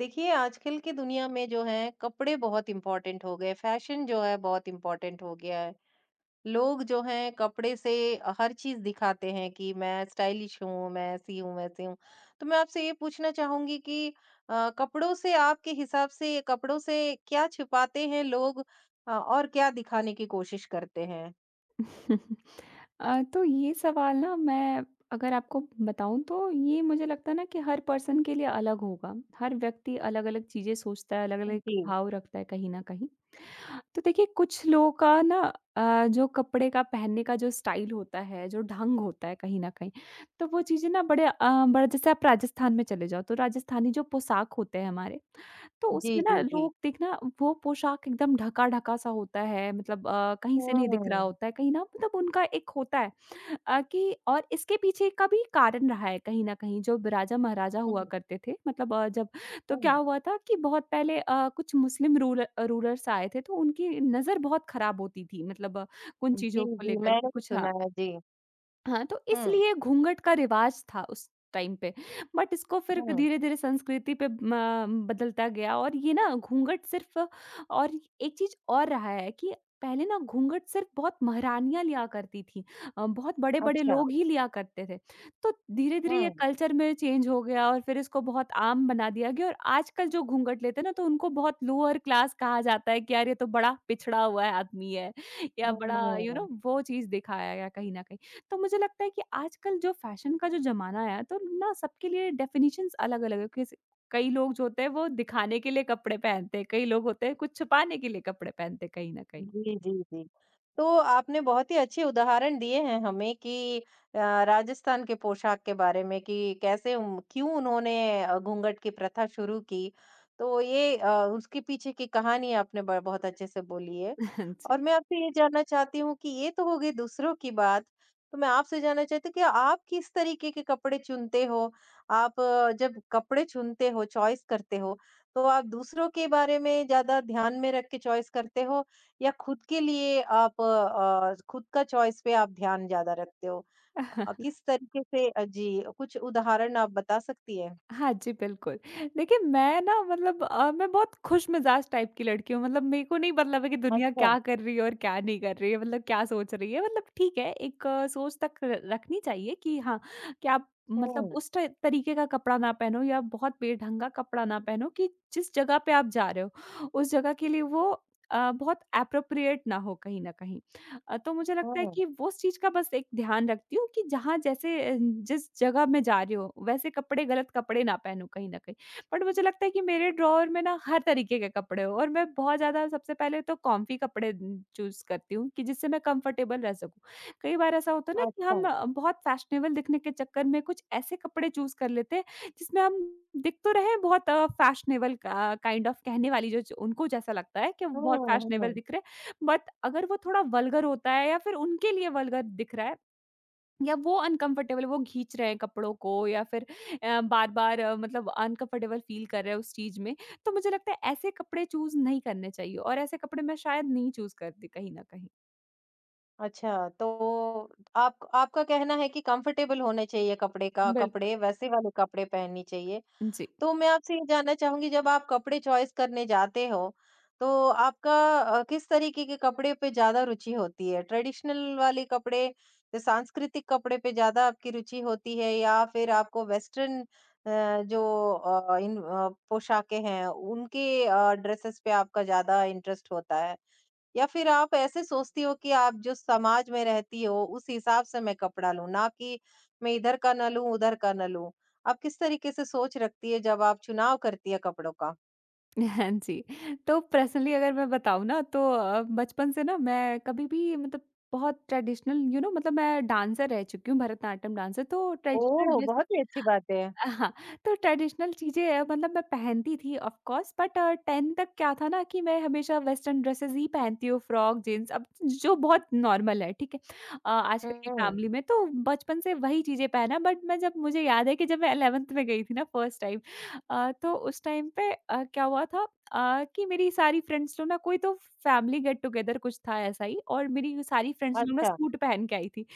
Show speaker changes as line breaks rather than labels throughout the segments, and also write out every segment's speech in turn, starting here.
देखिए, आजकल की दुनिया में जो है कपड़े बहुत इम्पोर्टेंट हो गए, फैशन जो है बहुत इम्पोर्टेंट हो गया है। लोग जो हैं कपड़े से हर चीज़ दिखाते हैं कि मैं स्टाइलिश हूँ, मैं ऐसी हूँ, वैसी हूँ। तो मैं आपसे ये पूछना चाहूँगी कि कपड़ों से आपके हिसाब से ये कपड़ों से क्या छुपाते हैं लोग और क्या दिखाने की कोशिश करते हैं?
तो ये सवाल ना मैं अगर आपको बताऊं तो ये मुझे लगता है ना कि हर पर्सन के लिए अलग होगा। हर व्यक्ति अलग-अलग चीज़ें सोचता है, अलग-अलग
जी।
भाव रखता है कहीं न कहीं। तो देखिए कुछ लोगों का ना जो कपड़े का पहनने का जो स्टाइल होता है, जो ढंग होता है कहीं न कहीं, तो वो चीज़ें ना बड़ा, जैसे आप राजस्थान में चले जाओ तो राजस्थानी जो पोशाक होते हैं हमारे, तो
जी,
उसमें ना
जी, जी।
लोग देखना, वो पोशाक एकदम ढका-ढका सा होता है, मतलब कहीं से नहीं दिख रहा
हुँ,
होता है, कहीं ना मतलब उनका एक होता है कि और इसके पीछे का भी कारण रहा है कहीं न कहीं। जो राजा महाराजा हुआ
हुँ,
करते थे, मतलब जब तो क्या
हुँ।
हुआ था कि बहुत पहले कुछ मुस्लिम रूलर्स आए थे, तो उनकी नज़र बहुत खराब होती थी, मतलब कुछ
जी,
चीज़ों को
जी,
लेकर के
मैंने भी
कुछ।
सुना
हाँ,
है। जी।
हाँ, तो
हुँ,
इसलिए घूंघट का रिवाज था उस टाइम पे। बट इसको फिर
हुँ।
धीरे-धीरे संस्कृति पे म बदलता गया, और ये ना घूंघट सिर्फ़। और एक चीज़ और रहा है कि पहले ना घूंघट सिर्फ़ बहुत महारानियाँ लिया करती थीं। बहुत बड़े-बड़े
अच्छा।
लोग ही लिया करते थे। तो धीरे-धीरे ये
हुँ।
कल्चर में चेंज हो गया, और फिर इसको बहुत आम बना दिया गया, और आजकल जो घूंघट लेते हैं ना तो उनको बहुत लोअर क्लास कहा जाता है कि यार ये तो बड़ा पिछड़ा हुआ है, आदमी है या
कर दो।
बड़ा, यू you नो know, वो चीज़ दिखाया गया कहीं न कहीं। तो मुझे लगता है कि आजकल जो फ़ैशन का जो ज़माना आया है, तो ना सबके लिए डेफ़िनिशंस अलग-अलग है। किस कई लोग जो होते हैं वो दिखाने के लिए कपड़े पहनते हैं, कई लोग होते हैं कुछ छुपाने के लिए कपड़े पहनते हैं कहीं न कहीं।
जी, जी, जी। तो आपने बहुत ही अच्छे उदाहरण दिए हैं हमें कि अ, राजस्थान के पोशाक के बारे में कि कैसे क्यों उन्होंने घूँघट की प्रथा शुरू की। तो ये उसके पीछे की कहानी आपने ब बहुत अच्छे से बोली है।
हाँ
और मैं आपसे ये जानना चाहती हूँ कि ये तो हो गई दूसरों की बात, तो मैं आपसे जानना चाहती हूँ कि आप किस तरीके के कपड़े चुनते हो? आप जब कपड़े चुनते हो, चॉइस करते हो, तो आप दूसरों के बारे में ज़्यादा ध्यान में रख के चॉइस करते हो या खुद के लिए आप खुद का चॉइस पे आप ध्यान ज़्यादा रखते हो?
जी।
किस तरीके से जी, कुछ उदाहरण आप बता सकती हैं?
हाँ जी, बिल्कुल। देखिए मैं ना मतलब मैं बहुत खुशमिज़ाज टाइप की लड़की हूँ। मतलब मेरे को नहीं मतलब है कि दुनिया
अच्छा।
क्या कर रही है और क्या नहीं कर रही है, मतलब क्या सोच रही है। मतलब ठीक है, एक सोच तक र रखनी चाहिए कि हाँ, कि आप मतलब
हुँ,
उस ट तरीके का कपड़ा ना पहनो, या बहुत बेढंगा कपड़ा ना पहनो, कि जिस जगह पे आप जा रहे हो, उस जगह के लिए वो बहुत एप्रोप्रिएट ना हो कहीं न कहीं। तो मुझे लगता है
हुँ,
कि वो उस चीज़ का बस एक ध्यान रखती हूँ कि जहाँ जैसे, जिस जगह मैं जा रही हूँ, वैसे कपड़े, गलत कपड़े ना पहनूँ कहीं न कहीं। बट मुझे लगता है कि मेरे ड्रॉवर में ना हर तरीके के कपड़े हो, और मैं बहुत ज़्यादा, सबसे पहले तो कॉम्फी कपड़े चूज़ करती हूँ कि जिससे मैं कंफर्टेबल रह सकूँ। कई बार ऐसा होता है ना कि
अच्छा।
हम बहुत फैशनेबल दिखने के चक्कर में कुछ ऐसे कपड़े चूज़ कर लेते हैं, जिसमें हम दिख तो रहे हैं बहुत फैशनेबल का काइंड ऑफ, कहने वाली जो च उनको जैसा लगता है कि वो बहुत
हुँ,
फैशनेबल
हुँ।
दिख रहे हैं, बट अगर वो थोड़ा वल्गर होता है, या फिर उनके लिए वल्गर दिख रहा है, या वो अनकंफर्टेबल, वो खींच रहे हैं कपड़ों को, या फिर बार-बार मतलब अनकंफर्टेबल फील कर रहे हैं उस चीज़ में, तो मुझे लगता है ऐसे कपड़े चूज़ नहीं करने चाहिए, और ऐसे कपड़े मैं शायद नहीं चूज़ करती कहीं न कहीं।
अच्छा, तो आप आपका कहना है कि कंफर्टेबल होने चाहिए कपड़े का
बिल्कुल।
कपड़े, वैसे वाले कपड़े पहननी चाहिए।
जी।
तो मैं आपसे ये जानना चाहूँगी जब आप कपड़े चॉइस करने जाते हो, तो आपका किस तरीके के कपड़े पे ज़्यादा रुचि होती है? ट्रेडिशनल वाले कपड़े, जो सांस्कृतिक कपड़े पे ज़्यादा आपकी रुचि होती है या फिर आपको वेस्टर्न जो इन पोशाकें हैं उनके ड्रेसेस पे आपका ज़्यादा इंटरेस्ट होता है? या फिर आप ऐसे सोचती हो कि आप जो समाज में रहती हो उस हिसाब से मैं कपड़ा लूँ, ना कि मैं इधर का ना लूँ, उधर का ना लूँ। आप किस तरीके से सोच रखती है जब आप चुनाव करती है कपड़ों का?
हाँ जी। तो पर्सनली अगर मैं बताऊँ ना तो बचपन से ना मैं कभी भी मतलब बहुत ट्रेडिशनल, मतलब मैं डांसर रह चुकी हूँ, भरतनाट्यम डांसर, तो
ओह!
Traditional dresses.
बहुत ही अच्छी बात है।
हाँ, तो ट्रेडिशनल चीज़ें मतलब मैं पहनती थी ऑफ कोर्स। बट 10 तक क्या था ना कि मैं हमेशा वेस्टर्न ड्रेसेस ही पहनती हूँ, फ्रॉक, जीन्स, अब जो बहुत नॉर्मल है, ठीक है? आजकल की
हुँ,
फैमिली में तो बचपन से वही चीज़ें पहना। बट मैं, जब मुझे याद है कि जब मैं 11th में गई थी ना फर्स्ट टाइम, तो उस टाइम पे क्या हुआ था, कि मेरी सारी फ्रेंड्स लोग ना, कोई तो फैमिली गेट टुगेदर कुछ था ऐसा ही, और मेरी सारी फ्रेंड्स लोग ना
अच्छा।
सूट पहन के आई थी,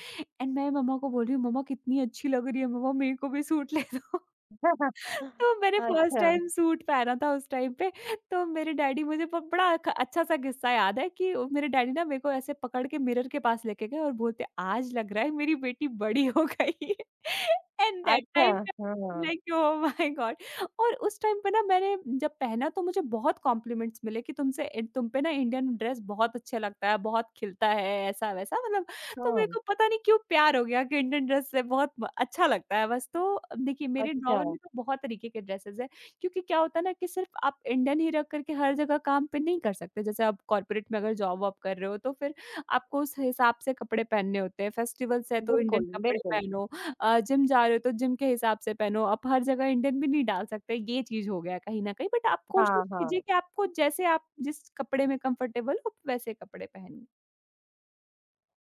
एंड मैं मम्मा को बोल रही हूँ, मम्मा कितनी अच्छी लग रही है, मम्मा मेरे को भी सूट ले दो। तो मैंने फर्स्ट
अच्छा,
टाइम सूट पहना था उस टाइम पे, तो मेरे डैडी, मुझे ब बड़ा ख अच्छा-सा किस्सा याद है कि मेरे डैडी ना मेरे को ऐसे पकड़ के मिरर के पास लेके गए और बोलते, "आज लग रहा है मेरी बेटी बड़ी हो गई है।" एंड दैट
अच्छा,
टाइम पे
हाँ,
लाइक, ओह माय गॉड! और उस टाइम पे ना मैंने जब पहना तो मुझे बहुत कॉम्प्लीमेंट्स मिले कि तुम पे ना इंडियन ड्रेस बहुत अच्छा लगता है, बहुत खिलता है, ऐसा-वैसा, मतलब। तो मेरे
हाँ।
को पता नहीं क्यों प्यार हो गया कि इंडियन ड्रेस से बहुत म अच्छा लगता है बस। तो देखिए मेरे
अच्छा,
ड्रॉवर में तो बहुत तरीके के ड्रेसेज़ हैं, क्योंकि क्या होता है ना कि सिर्फ़ आप इंडियन ही रख कर के हर जगह काम पे नहीं कर सकते। जैसे आप कॉर्पोरेट में अगर जॉब-वॉब कर रहे हो तो फिर आपको उस हिसाब से कपड़े पहनने होते हैं। फेस्टिवल्स है तो इंडियन
बिल्कुल,
कपड़े
बिल्कुल।
पहनो, जिम जा रहे हो तो जिम के हिसाब से पहनो। आप हर जगह इंडियन भी नहीं डाल सकते, ये चीज़ हो गया कहीं न कहीं, बट आप कोशिश
हाँ,
कीजिए
हाँ।
कि आपको जैसे, आप जिस कपड़े में कंफर्टेबल हो, वैसे कपड़े पहनिए।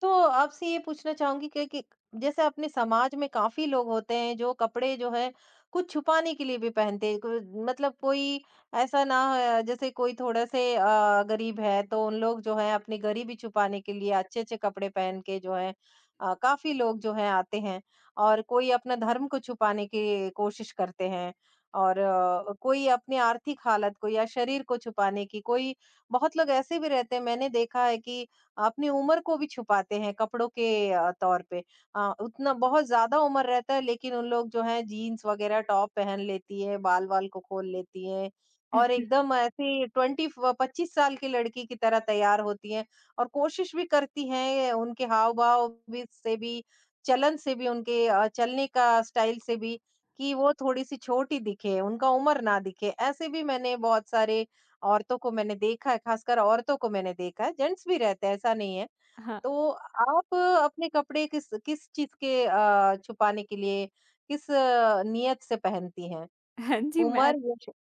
तो आपसे ये पूछना चाहूँगी कि जैसे अपने समाज में काफ़ी लोग होते हैं जो कपड़े जो है कुछ छुपाने के लिए भी पहनते हैं। कोई मतलब कोई ऐसा ना जैसे कोई थोड़े से गरीब है तो उन लोग जो है अपनी गरीबी छुपाने के लिए अच्छे-अच्छे कपड़े पहन के जो है काफ़ी लोग जो है आते हैं। और कोई अपना धर्म को छुपाने की कोशिश करते हैं और कोई अपनी आर्थिक हालत को या शरीर को छुपाने की कोई बहुत लोग ऐसे भी रहते हैं मैंने देखा है कि अपनी उम्र को भी छुपाते हैं कपड़ों के तौर पे। उतना बहुत ज्यादा उम्र रहता है लेकिन उन लोग जो है जीन्स वगैरह टॉप पहन लेती है बाल वाल को खोल लेती है और एकदम ऐसी 20-25 साल की लड़की की तरह तैयार होती हैं और कोशिश भी करती हैं उनके हाव भाव भी से भी चलन से भी उनके चलने का स्टाइल से भी कि वो थोड़ी सी छोटी दिखे उनका उम्र ना दिखे ऐसे भी मैंने बहुत सारे औरतों को मैंने देखा है, खासकर औरतों को मैंने देखा है, जेंट्स भी रहते हैं, ऐसा नहीं है।
हाँ।
तो आप अपने कपड़े किस किस चीज़ के छुपाने के लिए किस नियत से पहनती हैं?
हाँ जी,
उम्र
मैं
या श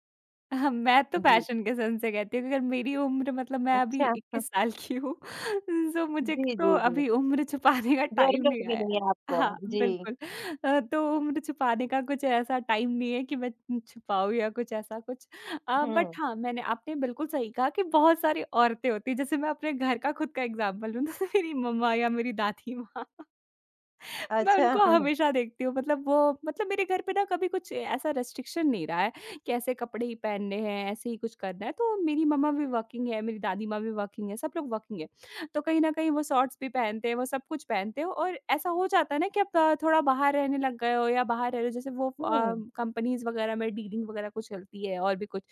हाँ, मैं तो
जी,
फ़ैशन के सेंस से कहती हूँ, कि अगर मेरी उम्र, मतलब मैं अभी
अच्छा।
21 साल की हूँ, सो मुझे
जी,
तो
जी, जी।
अभी उम्र छुपाने का टाइम
ज़रूरत
नहीं
भी
आया
नहीं
है।
है आपको।
हाँ,
जी,
बिल्कुल। तो उम्र छुपाने का कुछ ऐसा टाइम नहीं है कि मैं छुपाऊँ या कुछ ऐसा कुछ। बट
हुँ।
हाँ, मैंने, आपने बिल्कुल सही कहा कि बहुत सारी औरतें होती हैं, जैसे मैं अपने घर का खुद का एग्ज़ाम्पल दूँ, जैसे मेरी मम्मा या मेरी दादी माँ। मैं
अच्छा।
उनको हमेशा देखती हूँ मतलब वो, मतलब मेरे घर पे ना कभी कुछ ऐसा रेस्ट्रिक्शन नहीं रहा है कि ऐसे कपड़े ही पहनने हैं, ऐसे ही कुछ करना है। तो मेरी मम्मा भी वर्किंग है, मेरी दादी माँ भी वर्किंग है, सब लोग वर्किंग है। तो कहीं न कहीं वो शॉर्ट्स भी पहनते हैं, वो सब कुछ पहनते हैं, और ऐसा हो जाता है ना कि आप थोड़ा बाहर रहने लग गए हो, या बाहर रह रहे हो, जैसे वो
हुँ।
कंपनीज़ वगैरह में डीलिंग वगैरह कुछ चलती है, और भी कुछ।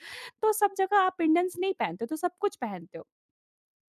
तो सब जगह आप इंडियंस नहीं पहनते हो, तो सब कुछ पहनते हो।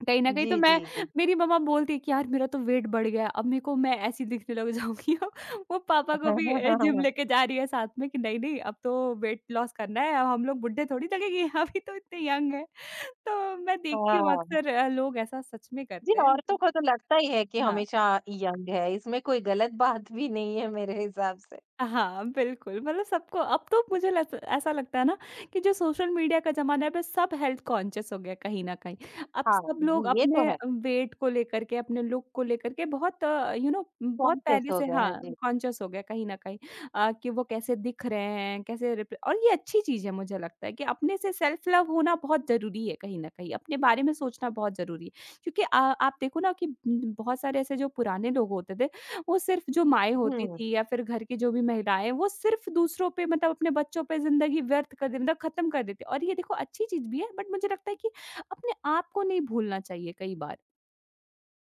कहीं न कहीं
जी,
तो
जी,
मैं,
जी।
मेरी मम्मा बोलती है कि यार मेरा तो वेट बढ़ गया है, अब मेरे को, मैं ऐसी दिखने लग जाऊँगी अब। वो पापा को भी जिम लेके जा रही है साथ में कि नहीं-नहीं अब तो वेट लॉस करना है, अब हम लोग बुड्ढे थोड़ी लगेंगे, अभी तो इतने यंग हैं। तो मैं देखती हूँ
हाँ।
अक्सर लोग ऐसा सच में
जी,
करते हैं
औरतों
मतलब।
को तो लगता ही है कि
हाँ।
हमेशा यंग है, इसमें कोई गलत बात भी नहीं है मेरे हिसाब से।
हाँ, बिल्कुल, मतलब सबको, अब तो मुझे लस ऐसा लगता है ना कि जो सोशल मीडिया का ज़माना है, अब सब हेल्थ कॉन्शियस हो गया कहीं न कहीं। अब
हाँ,
सब लोग
जी, ये
अपने
तो है।
वेट को लेकर के, अपने लुक को लेकर के बहुत यू नो, बहुत
कॉन्शियस
पहले
हो
से
गए हैं,
हाँ,
जी।
कॉन्शियस हो गया कहीं न कहीं, कि वो कैसे दिख रहे हैं, कैसे रिप्रे और ये अच्छी चीज़ है। मुझे लगता है कि अपने से सेल्फ लव होना बहुत ज़रूरी है कहीं न कहीं, अपने बारे में सोचना बहुत ज़रूरी है। क्योंकि आप देखो ना कि बहुत सारे ऐसे जो पुराने लोग होते थे, वो सिर्फ़, जो माएँ होती
हुँ,
थी या फिर घर की जो भी महिलाएँ, वो सिर्फ़ दूसरों पे, मतलब अपने बच्चों पे ज़िंदगी व्यर्थ कर देती, मतलब ख़त्म कर देती, और ये देखो अच्छी चीज़ भी है, बट मुझे लगता है कि अपने आप को नहीं भूलना चाहिए कई बार।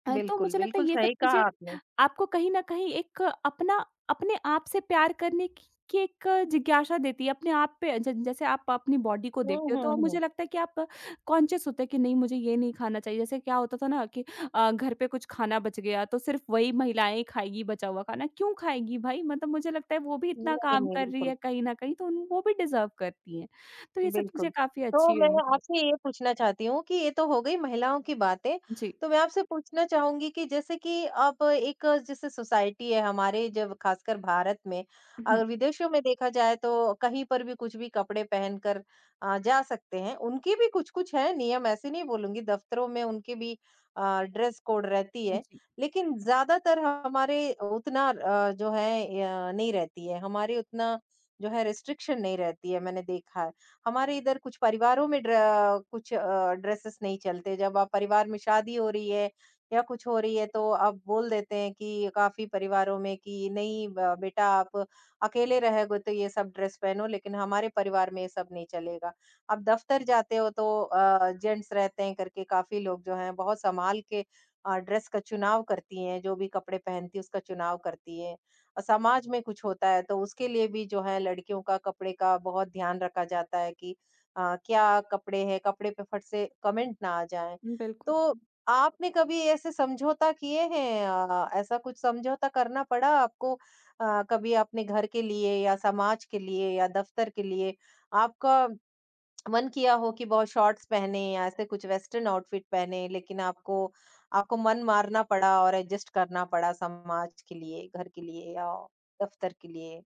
तो
बिल्कुल,
मुझे लगता है
बिल्कुल
ये सब
सही
चीज़ें
कहा आपने।
आपको कहीं न कहीं एक अपना, अपने आप से प्यार करने की एक जिज्ञासा देती है, अपने आप पे ज जैसे आप अपनी बॉडी को
हुँ,
देखते हो तो
हुँ,
मुझे
हुँ।
लगता है कि आप कॉन्शियस होते हैं कि नहीं मुझे ये नहीं खाना चाहिए। जैसे क्या होता था ना कि घर पे कुछ खाना बच गया तो सिर्फ़ वही महिलाएँ खाएगी बचा हुआ खाना, क्यों खाएगी भाई? मतलब मुझे लगता है वो भी इतना
नहीं,
काम
नहीं,
कर रही
बिल्कुल।
है कहीं न कहीं, तो उन वो भी डिज़र्व करती हैं। तो ये सब चीज़ें
बिल्कुल।
काफ़ी
तो
अच्छी है,
मैं
मतलब।
आपसे ये पूछना चाहती हूँ कि ये तो हो गई महिलाओं की बातें।
जी।
तो मैं आपसे पूछना चाहूँगी कि जैसे कि अब एक जैसे सोसाइटी है हमारे जब खासकर भारत में,
हुँ,
अगर विदेशों में देखा जाए तो कहीं पर भी कुछ भी कपड़े पहनकर जा सकते हैं। उनके भी कुछ-कुछ हैं नियम, ऐसे नहीं बोलूँगी, दफ्तरों में उनके भी ड्रेस कोड रहती है।
जी,
लेकिन ज़्यादातर हमारे उतना जो है नहीं रहती है, हमारे उतना जो है रिस्ट्रिक्शन नहीं रहती है, मैंने देखा है। हमारे इधर कुछ परिवारों में ड्र कुछ ड्रेसेस नहीं चलते। जब आप परिवार में शादी हो रही है या कुछ हो रही है तो अब बोल देते हैं कि काफ़ी परिवारों में कि नहीं ब बेटा आप अकेले रहोगे तो ये सब ड्रेस पहनो लेकिन हमारे परिवार में ये सब नहीं चलेगा। आप दफ्तर जाते हो तो जेंट्स रहते हैं करके काफ़ी लोग जो हैं बहुत सँभाल के ड्रेस का चुनाव करती हैं, जो भी कपड़े पहनती है उसका चुनाव करती है। समाज में कुछ होता है तो उसके लिए भी जो है लड़कियों का कपड़े का बहुत ध्यान रखा जाता है कि क्या कपड़े हैं कपड़े पे फट से कमेंट ना आ जाए।
बिल्कुल।
तो आपने कभी ऐसे समझौता किए हैं ऐसा कुछ समझौता करना पड़ा आपको कभी अपने घर के लिए या समाज के लिए या दफ्तर के लिए आपका मन किया हो कि बहुत शॉर्ट्स पहने या ऐसे कुछ वेस्टर्न आउटफिट पहने लेकिन आपको आपको मन मारना पड़ा और एडजस्ट करना पड़ा समाज के लिए, घर के लिए या दफ्तर के लिए?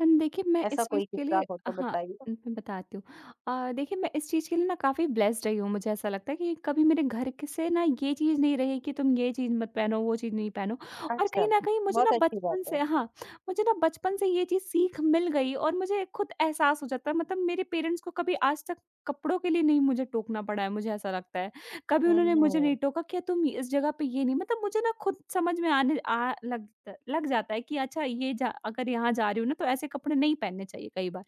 अन देखिए, मैं
ऐसा
इस चीज़
कोई
के
किस्सा
लिए,
हो तो
हाँ।
बताइए?
न, मैं बताती हूँ। देखिए, मैं इस चीज़ के लिए ना काफ़ी ब्लेस्ड रही हूँ। मुझे ऐसा लगता है कि कभी मेरे घर के से ना ये चीज़ नहीं रही कि तुम ये चीज़ मत पहनो, वो चीज़ नहीं पहनो। और
अच्छा,
कहीं न कहीं मुझे ना
बहुत अच्छी बात
बचपन
है।
से हाँ। मुझे ना बचपन से ये चीज़ सीख मिल गई, और मुझे खुद एहसास हो जाता है, मतलब मेरे पेरेंट्स को कभी आज तक कपड़ों के लिए नहीं मुझे टोकना पड़ा है, मुझे ऐसा लगता है। कभी उन्होंने मुझे नहीं
हुँ,
टोका, क्या तुम इस जगह पे ये नहीं, मतलब मुझे ना खुद समझ में आने आ लग लग जाता है कि अच्छा, ये जा अगर यहाँ जा रही हूँ ना, तो ऐसे कपड़े नहीं पहनने चाहिए कई बार।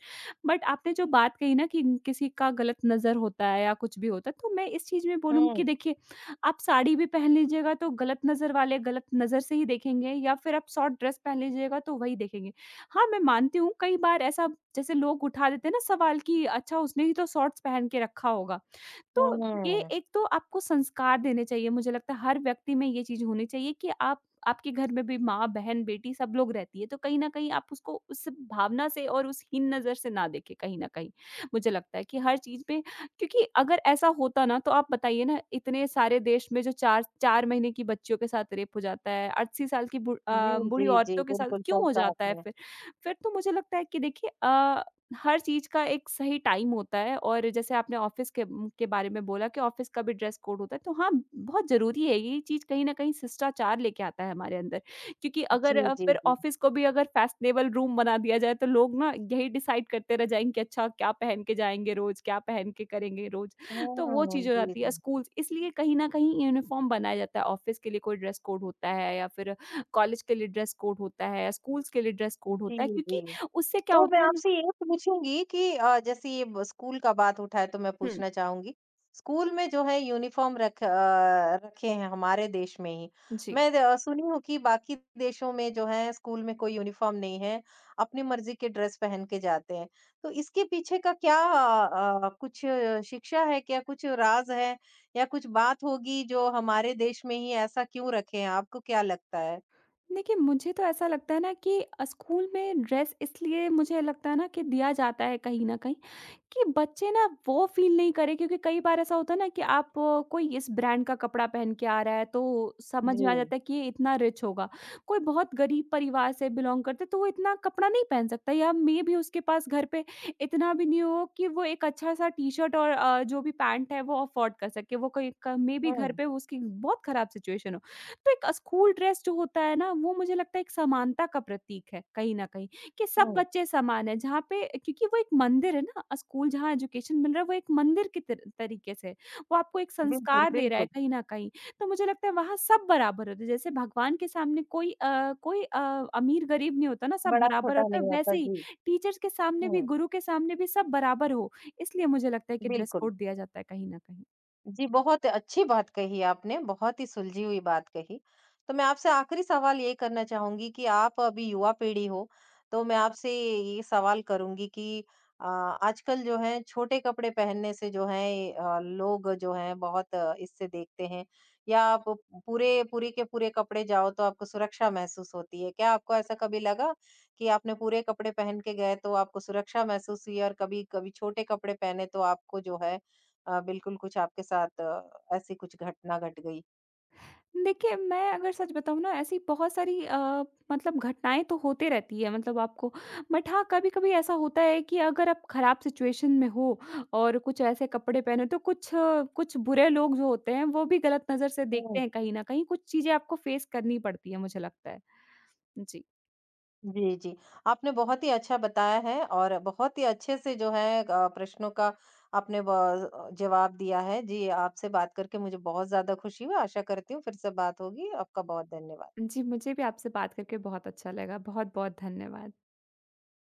बट आपने जो बात कही ना कि किसी का गलत नज़र होता है या कुछ भी होता है, तो मैं इस चीज़ में बोलूँगी
हुँ,
कि देखिए, आप साड़ी भी पहन लीजिएगा तो गलत नज़र वाले गलत नज़र से ही देखेंगे, या फिर आप शॉर्ट ड्रेस पहन लीजिएगा तो वही देखेंगे। हाँ, मैं मानती हूँ कई बार ऐसा जैसे लोग उठा देते हैं ना सवाल कि अच्छा, उसने ही तो शॉर्ट्स पहन के रखा होगा। तो ये
हुँ।
एक तो आपको संस्कार देने चाहिए, मुझे लगता है हर व्यक्ति में ये चीज़ होनी चाहिए कि आप आपके घर में भी माँ, बहन, बेटी सब लोग रहती है, तो कहीं न कहीं आप उसको उस भावना से और उस हीन नज़र से ना देखें कहीं न कहीं। मुझे लगता है कि हर चीज़ पे, क्योंकि अगर ऐसा होता ना तो आप बताइए ना इतने सारे देश में जो 4 4 महीने की बच्चियों के साथ रेप हो जाता है, 80 साल की
जी,
बूढ़ी
जी, जी,
औरतों के साथ
बिल्कुल
क्यों
सही
हो
कहा
जाता है
आपने।
फिर? फिर तो मुझे लगता है कि देखिए, हर चीज़ का एक सही टाइम होता है, और जैसे आपने ऑफ़िस के बारे में बोला कि ऑफ़िस का भी ड्रेस कोड होता है, तो हाँ, बहुत ज़रूरी है ये चीज़। कहीं न कहीं शिष्टाचार लेके आता है हमारे अंदर। क्योंकि
जी,
अगर
जी,
फिर
जी।
ऑफ़िस को भी अगर फैशनेबल रूम बना दिया जाए, तो लोग ना यही डिसाइड करते रह जाएँगे कि अच्छा, क्या पहन के जाएँगे रोज़, क्या पहन के करेंगे रोज़, तो वो
हुँ,
चीज़ हो
जी,
जाती है।
जी।
स्कूल्स इसलिए कहीं न कहीं यूनिफ़ॉर्म बनाया जाता है, ऑफ़िस के लिए कोई ड्रेस कोड होता है, या फिर कॉलेज के लिए ड्रेस कोड होता है, या स्कूल्स के लिए ड्रेस कोड
जी,
होता है,
जी।
क्योंकि उससे क्या
तो मैं
होता है ना।
आपसे ये पूछूँगी कि जैसे ये ब स्कूल का बात उठा है तो मैं
हुँ।
पूछना चाहूँगी। स्कूल में जो है यूनिफ़ॉर्म रखे हैं हमारे देश में ही।
जी।
मैं द सुनी हूँ कि बाकी देशों में जो है स्कूल में कोई यूनिफ़ॉर्म नहीं है, अपनी मर्ज़ी के ड्रेस पहन के जाते हैं। तो इसके पीछे का क्या कुछ शिक्षा है क्या? कुछ राज़ है या कुछ बात होगी जो हमारे देश में ही ऐसा क्यों रखे हैं? आपको क्या लगता है?
देखिए, मुझे तो ऐसा लगता है ना कि स्कूल में ड्रेस इसलिए मुझे लगता है ना कि दिया जाता है कहीं न कहीं, कि बच्चे ना वो फ़ील नहीं करें, क्योंकि कई बार ऐसा होता है ना कि कोई इस ब्रांड का कपड़ा पहन के आ रहा है, तो समझ में आ
जी।
जाता है कि ये इतना रिच होगा। कोई बहुत गरीब परिवार से बिलॉन्ग करता है तो वो इतना कपड़ा नहीं पहन सकता, या मे बी उसके पास घर पे इतना भी नहीं हो कि वो एक अच्छा-सा टी-शर्ट और जो भी पैंट है वो अफ़ोर्ड कर सके। वो कहीं क मे बी
हुँ,
घर पे उसकी बहुत ख़राब सिचुएशन हो। तो एक स्कूल ड्रेस जो होता है ना, वो मुझे लगता है एक समानता का प्रतीक है कहीं न कहीं, कि सब
हुँ।
बच्चे समान हैं। जहाँ पे, क्योंकि वो एक मंदिर है ना, स्कूल जहाँ एजुकेशन मिल रहा है, वो एक मंदिर की तर तरीके से है। वो आपको एक
बिल्कुल,
संस्कार दे रहा है
बिल्कुल।
कहीं न कहीं। तो मुझे लगता है वहाँ सब बराबर होते हैं। जैसे भगवान के सामने कोई अमीर-गरीब नहीं होता ना, सब
बड़ा
बराबर
छोटा
होता है,
नहीं
वैसे
होता,
ही
जी।
टीचर्स के सामने भी,
हुँ,
गुरु के सामने भी सब बराबर हो, इसलिए मुझे लगता है कि ड्रेस
बिल्कुल।
कोड दिया जाता है कहीं न कहीं।
जी, बहुत अच्छी बात कही आपने, बहुत ही सुलझी हुई बात कही। तो मैं आपसे आखिरी सवाल ये करना चाहूँगी कि आप अभी युवा पीढ़ी हो, तो मैं आपसे ये सवाल करूँगी कि आजकल जो है छोटे कपड़े पहनने से जो है लोग जो हैं बहुत इससे देखते हैं या आप पूरे पूरे के पूरे कपड़े जाओ तो आपको सुरक्षा महसूस होती है। क्या आपको ऐसा कभी लगा कि आपने पूरे कपड़े पहन के गए तो आपको सुरक्षा महसूस हुई और कभी-कभी छोटे कपड़े पहने तो आपको जो है बिल्कुल कुछ आपके साथ ऐसी कुछ घटना घट गई।
देखिए, मैं अगर सच बताऊँ ना, ऐसी बहुत सारी मतलब घटनाएँ तो होते रहती है, मतलब आपको बट हाँ, कभी-कभी ऐसा होता है कि अगर आप खराब सिचुएशन में हो और कुछ ऐसे कपड़े पहने, तो कुछ बुरे लोग जो होते हैं वो भी गलत नज़र से देखते
हुँ।
हैं कहीं न कहीं, कुछ चीज़ें आपको फेस करनी पड़ती है, मुझे लगता है। जी।
जी, जी। आपने बहुत ही अच्छा बताया है और बहुत ही अच्छे से जो है प्रश्नों का आपने जवाब दिया है। जी, आपसे बात करके मुझे बहुत ज़्यादा खुशी हुई। आशा करती हूँ फिर से बात होगी। आपका बहुत धन्यवाद।
जी, मुझे भी आपसे बात करके बहुत अच्छा लगा। बहुत-बहुत धन्यवाद।